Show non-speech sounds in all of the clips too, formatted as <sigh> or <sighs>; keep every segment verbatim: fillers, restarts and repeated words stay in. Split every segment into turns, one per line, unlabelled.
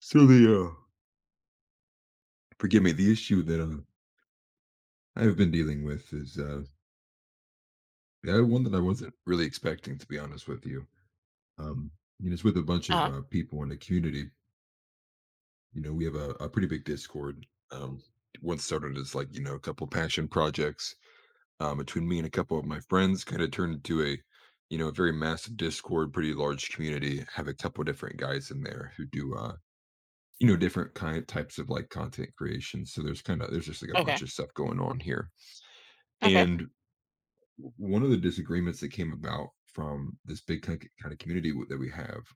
So the uh, forgive me. The issue that uh, I have been dealing with is uh, yeah, one that I wasn't really expecting, to be honest with you. Um, you know, it's with a bunch of
Uh-huh.
uh, people in the community. You know, we have a, a pretty big Discord. Um, Once started as like you know a couple passion projects, um, between me and a couple of my friends, kind of turned into a you know a very massive Discord, pretty large community. Have a couple different guys in there who do uh, you know different kind types of like content creation. So there's kind of there's just like a bunch
Okay.
of stuff going on here,
Okay.
and one of the disagreements that came about from this big kind of community w- that we have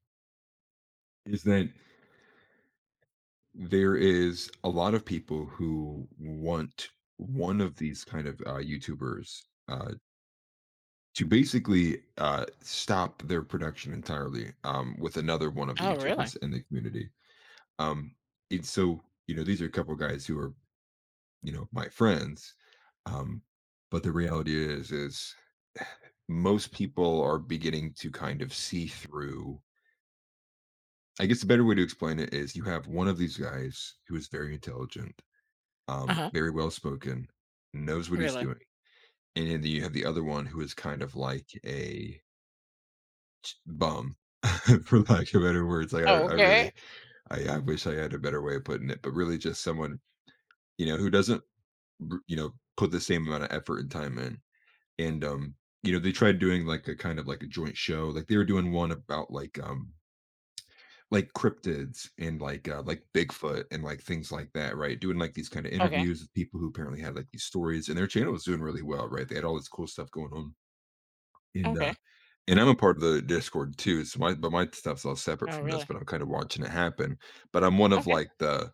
is that there is a lot of people who want one of these kind of uh, YouTubers uh, to basically uh, stop their production entirely, um, with another one of the
Oh, really?
YouTubers in the community. Um, and so, you know, these are a couple guys who are, you know, my friends. Um, but the reality is, is <sighs> most people are beginning to kind of see through. I guess the better way to explain it is you have one of these guys who is very intelligent, um,
Uh-huh.
very well spoken, knows what he's
Really?
doing. And then you have the other one who is kind of like a bum, <laughs> for lack of better words. Like,
Oh,
I, I
okay.
really, I, I wish I had a better way of putting it, but really just someone, you know, who doesn't, r- you know, put the same amount of effort and time in. And um you know they tried doing like a kind of like a joint show. Like, they were doing one about, like, um like, cryptids and, like, uh like, Bigfoot and, like, things like that, right? Doing, like, these kind of
Okay.
interviews with people who apparently had, like, these stories. And their channel was doing really well, right? They had all this cool stuff going on, and uh
Okay.
and I'm a part of the Discord too, so my but my stuff's all separate
Oh,
from this,
really?
but I'm kind of watching it happen. But I'm one of
Okay.
like the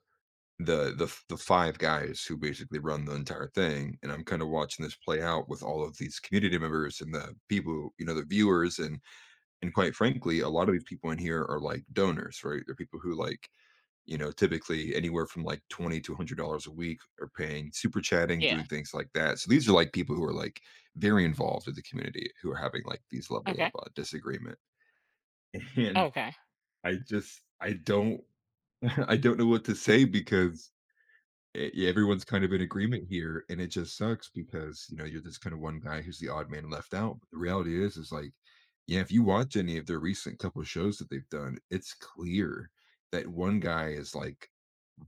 the the f- the five guys who basically run the entire thing, and I'm kind of watching this play out with all of these community members and the people who- you know the viewers. and and quite frankly, a lot of these people in here are like donors, right? They're people who, like, you know typically, anywhere from like twenty to one hundred dollars a week, are paying, super chatting, doing
Yeah.
things like that. So these are like people who are like very involved with the community, who are having like these level
Okay.
of uh, disagreement. <laughs> And
Okay.
i just i don't <laughs> I don't know what to say, because E yeah, everyone's kind of in agreement here, and it just sucks because, you know, you're this kind of one guy who's the odd man left out, but the reality is, is like, yeah, if you watch any of their recent couple shows that they've done, it's clear that one guy is, like,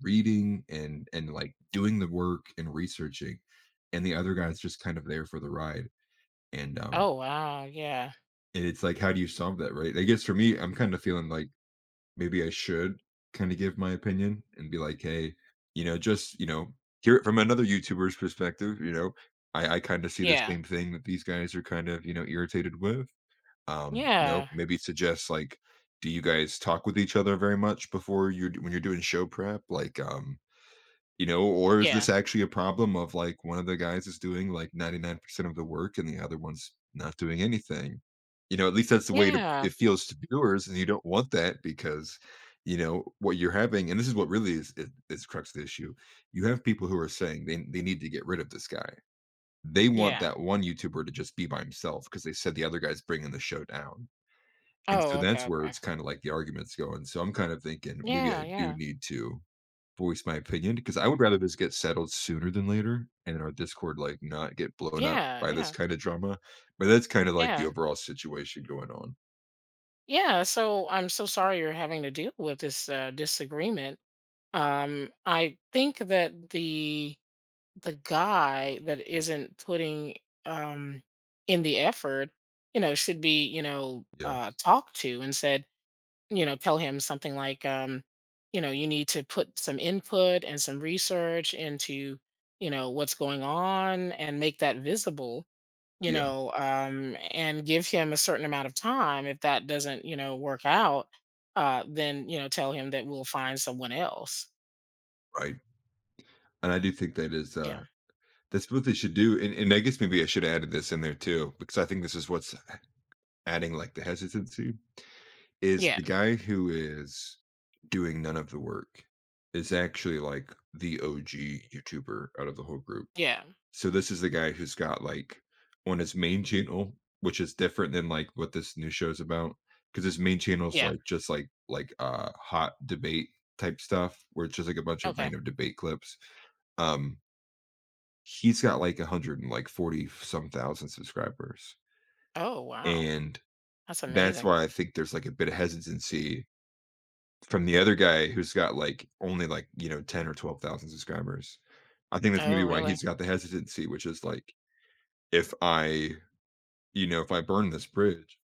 reading and and, like, doing the work and researching, and the other guy's just kind of there for the ride, and, um,
Oh, wow. Yeah.
and it's like, how do you solve that, right? I guess for me, I'm kinda feeling like maybe I should kinda give my opinion and be like, "Hey," you know, just, you know, hear it from another YouTuber's perspective, you know? I I kinda see the
Yeah.
same thing that these guys are kind of, you know, irritated with. Um, you know,
Yeah.
maybe suggest, like, do you guys talk with each other very much before you d when you're doing show prep? Like, um you know, or is
Yeah.
this actually a problem of, like, one of the guys is doing, like, ninety-nine percent of the work, and the other one's not doing anything? You know, at least that's the way to
Yeah.
it feels to viewers, and you don't want that because, you know, what you're having, and this is what really is is is crux of the issue. You have people who are saying they they need to get rid of this guy. They want
Yeah.
that one YouTuber to just be by himself because they said the other guy's bringing the show down, and so
Oh, okay.
that's where
Okay.
it's kinda like the argument's going. So I'm kind of thinking maybe
Yeah.
I do
Yeah.
need to voice my opinion, because I would rather this get settled sooner than later, and our Discord, like, not get blown up
Yeah.
by this
Yeah.
kind of drama, but that's kind of like the
Yeah.
overall situation going on.
Yeah. So I'm so sorry you're having to deal with this uh, disagreement. Um, I think that the the guy that isn't putting um in the effort, you know, should be, you know,
Yeah.
uh talked to and said, you know, tell him something like, um you know, you need to put some input and some research into, you know, what's going on and make that visible, you
Yeah,
know, um and give him a certain amount of time. If that doesn't, you know, work out, uh then, you know, tell him that we'll find someone else.
right. And I do think that is,
Yeah.
uh that's what they should do, and and I guess maybe I should have added this in there too, because I think this is what's adding, like, the hesitancy, is
Yeah.
the guy who is doing none of the work is actually, like, the O G YouTuber out of the whole group.
Yeah.
So this is the guy who's got, like, on his main channel, which is different than like what this new show's about, because his main channel's
Yeah.
like just like like uh hot debate type stuff, where it's just like a bunch of
Okay.
random debate clips. Um, he's got like a hundred and like forty some thousand subscribers,
Oh, wow.
and
That's
that's
amazing.
why I think there's like a bit of hesitancy from the other guy who's got like only like you know ten or twelve thousand subscribers. I think that's
Oh,
maybe why
really?
he's got the hesitancy, which is like if I you know, if I burn this bridge,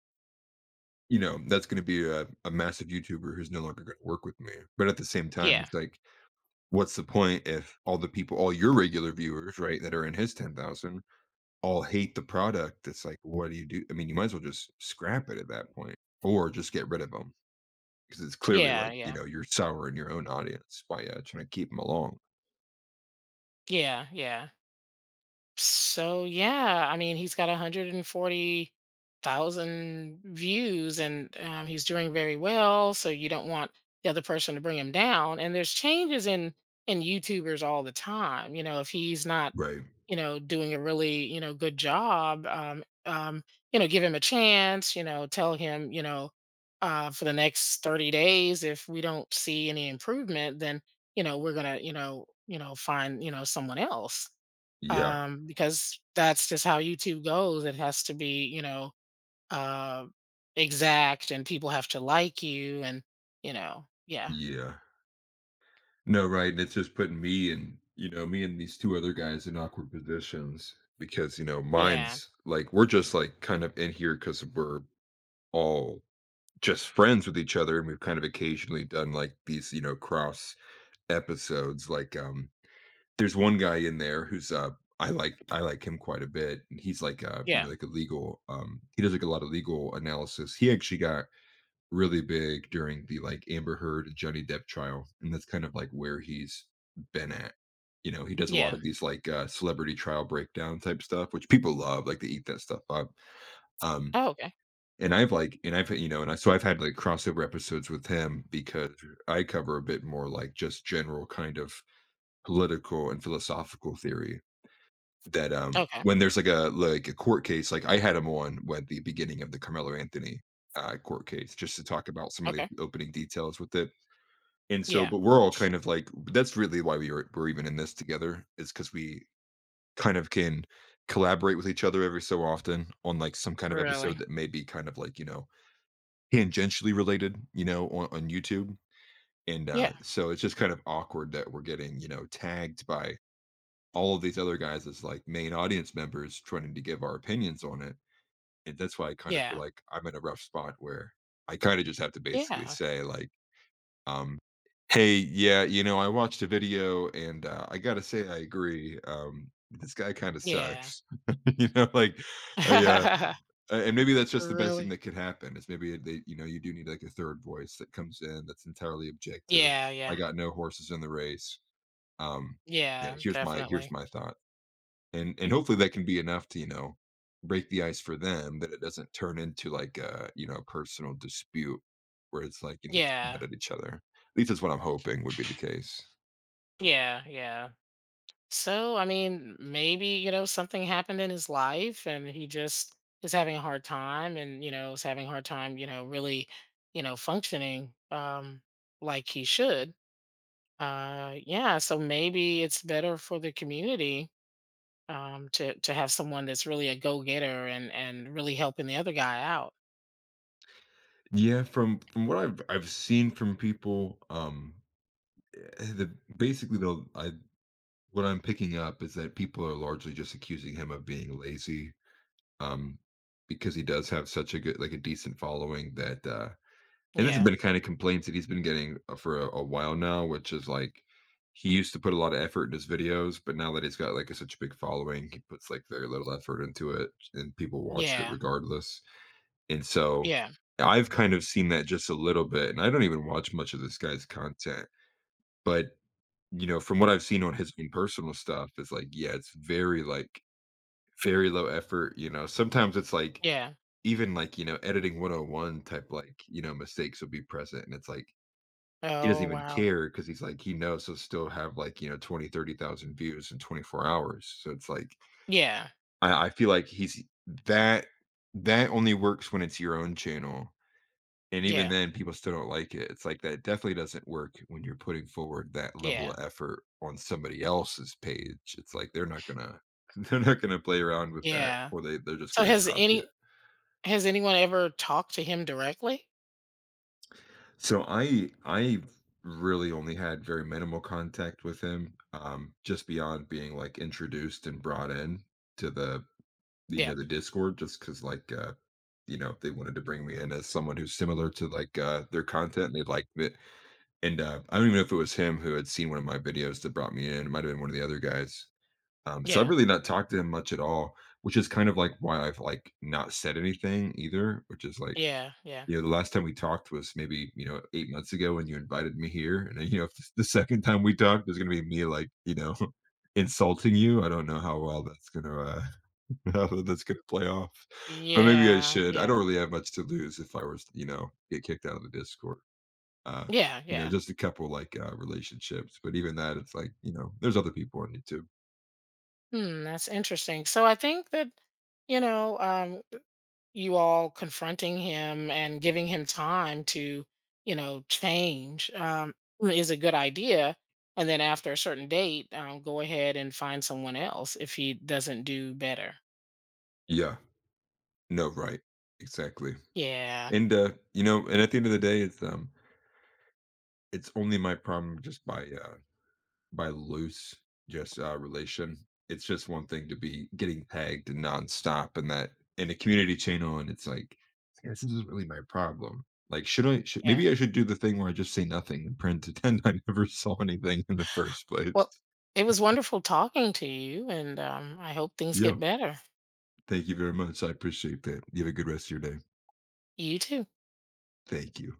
you know, that's going to be a, a massive YouTuber who's no longer going to work with me. But at the same time,
Yeah.
it's like, what's the point if all the people, all your regular viewers, right, that are in his ten thousand all hate the product? It's like, what do you do? I mean, you might as well just scrap it at that point, or just get rid of them, because it's clearly
Yeah,
like, you
yeah.
know, you're souring your own audience by uh, trying to keep them along.
Yeah, yeah. So, yeah, I mean, he's got one hundred forty thousand views and, um, he's doing very well, so you don't want the other person to bring him down. And there's changes in in YouTubers all the time. You know, if he's not,
Right.
you know, doing a really, you know, good job, um, um, you know, give him a chance. You know, tell him, you know, uh, for the next thirty days, if we don't see any improvement, then, you know, we're gonna, you know, you know, find, you know, someone else.
Yeah.
Um, because that's just how YouTube goes. It has to be, you know, uh exact, and people have to like you. And you know, yeah,
Yeah. No, right. And it's just putting me and, you know, me and these two other guys in awkward positions, because, you know,
yeah,
mine's like, we're just like kind of in here because we're all just friends with each other. And we've kind of occasionally done like these, you know, cross episodes. Like, um, there's one guy in there who's, uh, I like I like him quite a bit, and he's like uh you know
yeah,
like a legal, um he does like a lot of legal analysis. He actually got really big during the, like, Amber Heard and Johnny Depp trial, and that's kind of, like, where he's been at. You know, he does a lot
yeah.
of these, like, uh, celebrity trial breakdown type stuff, which people love, like, they eat that stuff up. Um,
Oh, okay.
and I've, like and I've, you know and I so I've had, like, crossover episodes with him because I cover a bit more, like, just general kind of political and philosophical theory that, um
Okay.
when there's like a like a court case, like, I had him on when the beginning of the Carmelo Anthony uh, court case, just to talk about some of the
Okay.
opening details with it. And so,
Yeah.
but we're all kind of like that's really why we were we're even in this together, is because we kind of can collaborate with each other every so often on like some kind of episode
Really.
that may be kind of like you know tangentially related, you know, on, on YouTube. And uh,
Yeah.
so it's just kind of awkward that we're getting you know tagged by all of these other guys as like main audience members trying to give our opinions on it. And that's why I kind of feel
Yeah.
like I'm in a rough spot where I kind of just have to basically
Yeah,
say, like, um, hey, yeah, you know, I watched a video and, uh, I gotta say I agree. Um, this guy kind of
yeah.
sucks. <laughs> you know, like, I, uh,
<laughs>
and maybe that's just the best thing
Really?
that could happen is maybe they, you know, you do need like a third voice that comes in that's entirely objective.
Yeah,
I
yeah,
got no horses in the race. Um, yeah,
yeah,
here's my here's
definitely.
my thought. And and hopefully that can be enough to, you know, break the ice for them, that it doesn't turn into like a, you know, a personal dispute where it's like, you know, just mad
Yeah,
at each other. At least that's what I'm hoping would be the case.
yeah, yeah. So, I mean, maybe, you know, something happened in his life and he just is having a hard time and, you know, is having a hard time, you know, really, you know, functioning, um like he should. Uh yeah, so maybe it's better for the community, um to to have someone that's really a go-getter and and really helping the other guy out.
Yeah, from from what I've I've seen from people, um, eh, the basically though, I what I'm picking up is that people are largely just accusing him of being lazy, um, because he does have such a good, like a decent following that uh, and this has
Yeah.
been kind of complaints that he's been getting uh, for a, a while now, which is like he used to put a lot of effort in his videos, but now that he's got like a, such a big following, he puts like very little effort into it, and people watch it
Yeah.
regardless. And so
Yeah.
I've kind of seen that just a little bit, and I don't even watch much of this guy's content, but you know, from what I've seen on his own personal stuff, it's like yeah, it's very like very low effort. You know, sometimes it's like
Yeah.
even like you know editing one oh one type, like, you know mistakes will be present, and it's like he doesn't
Oh,
even
wow.
care because he's like he knows he'll still have, like, you know twenty thirty thousand views in twenty-four hours. So it's like
Yeah.
I, I feel like he's that that only works when it's your own channel, and even
Yeah.
then people still don't like it. It's like that definitely doesn't work when you're putting forward that level
Yeah.
of effort on somebody else's page. It's like they're not gonna <laughs> they're not gonna play around with that,
Yeah.
or they they're just
So
gonna
has
drop you.
any has anyone ever talked to him directly?
So I I really only had very minimal contact with him, um, just beyond being like introduced and brought in to the you
Yeah.
know the Discord, just because like uh, you know they wanted to bring me in as someone who's similar to like uh, their content, and they liked it. And uh, I don't even know if it was him who had seen one of my videos that brought me in. It might have been one of the other guys. Um, so I've
Yeah.
really not talked to him much at all, which is kind of like why I've like not said anything either, which is like
Yeah. Yeah.
you know, the last time we talked was maybe, you know, eight months ago when you invited me here, and you know, <laughs> if this, the second time we talked is gonna be me, like, you know, <laughs> insulting you, I don't know how well that's gonna, uh, <laughs> how that's gonna play off, but maybe I
Yeah.
should. I
Yeah.
don't really have much to lose if I was, you know, get kicked out of the Discord. Uh,
Yeah.
you know,
Yeah.
just a couple, like, uh, relationships, but even that, it's like, you know, there's other people on YouTube.
Hmm, that's interesting. So I think that, you know, um, you all confronting him and giving him time to, you know, change, um, is a good idea. And then after a certain date, um, go ahead and find someone else if he doesn't do better.
Yeah. No, right. Exactly,
Yeah.
and, uh, you know, and at the end of the day, it's, um, it's only my problem just by, uh by loose just uh, relation. It's just one thing to be getting tagged nonstop and that in a community channel, and it's like, "Yeah, this isn't really my problem. Like, should I? Should,
Yeah.
maybe I should do the thing where I just say nothing and print pretend <laughs> I never saw anything in the first place."
Well, it was wonderful talking to you, and um, I hope things
Yeah.
get better.
Thank you very much. I appreciate that. You have a good rest of your day.
You too.
Thank you.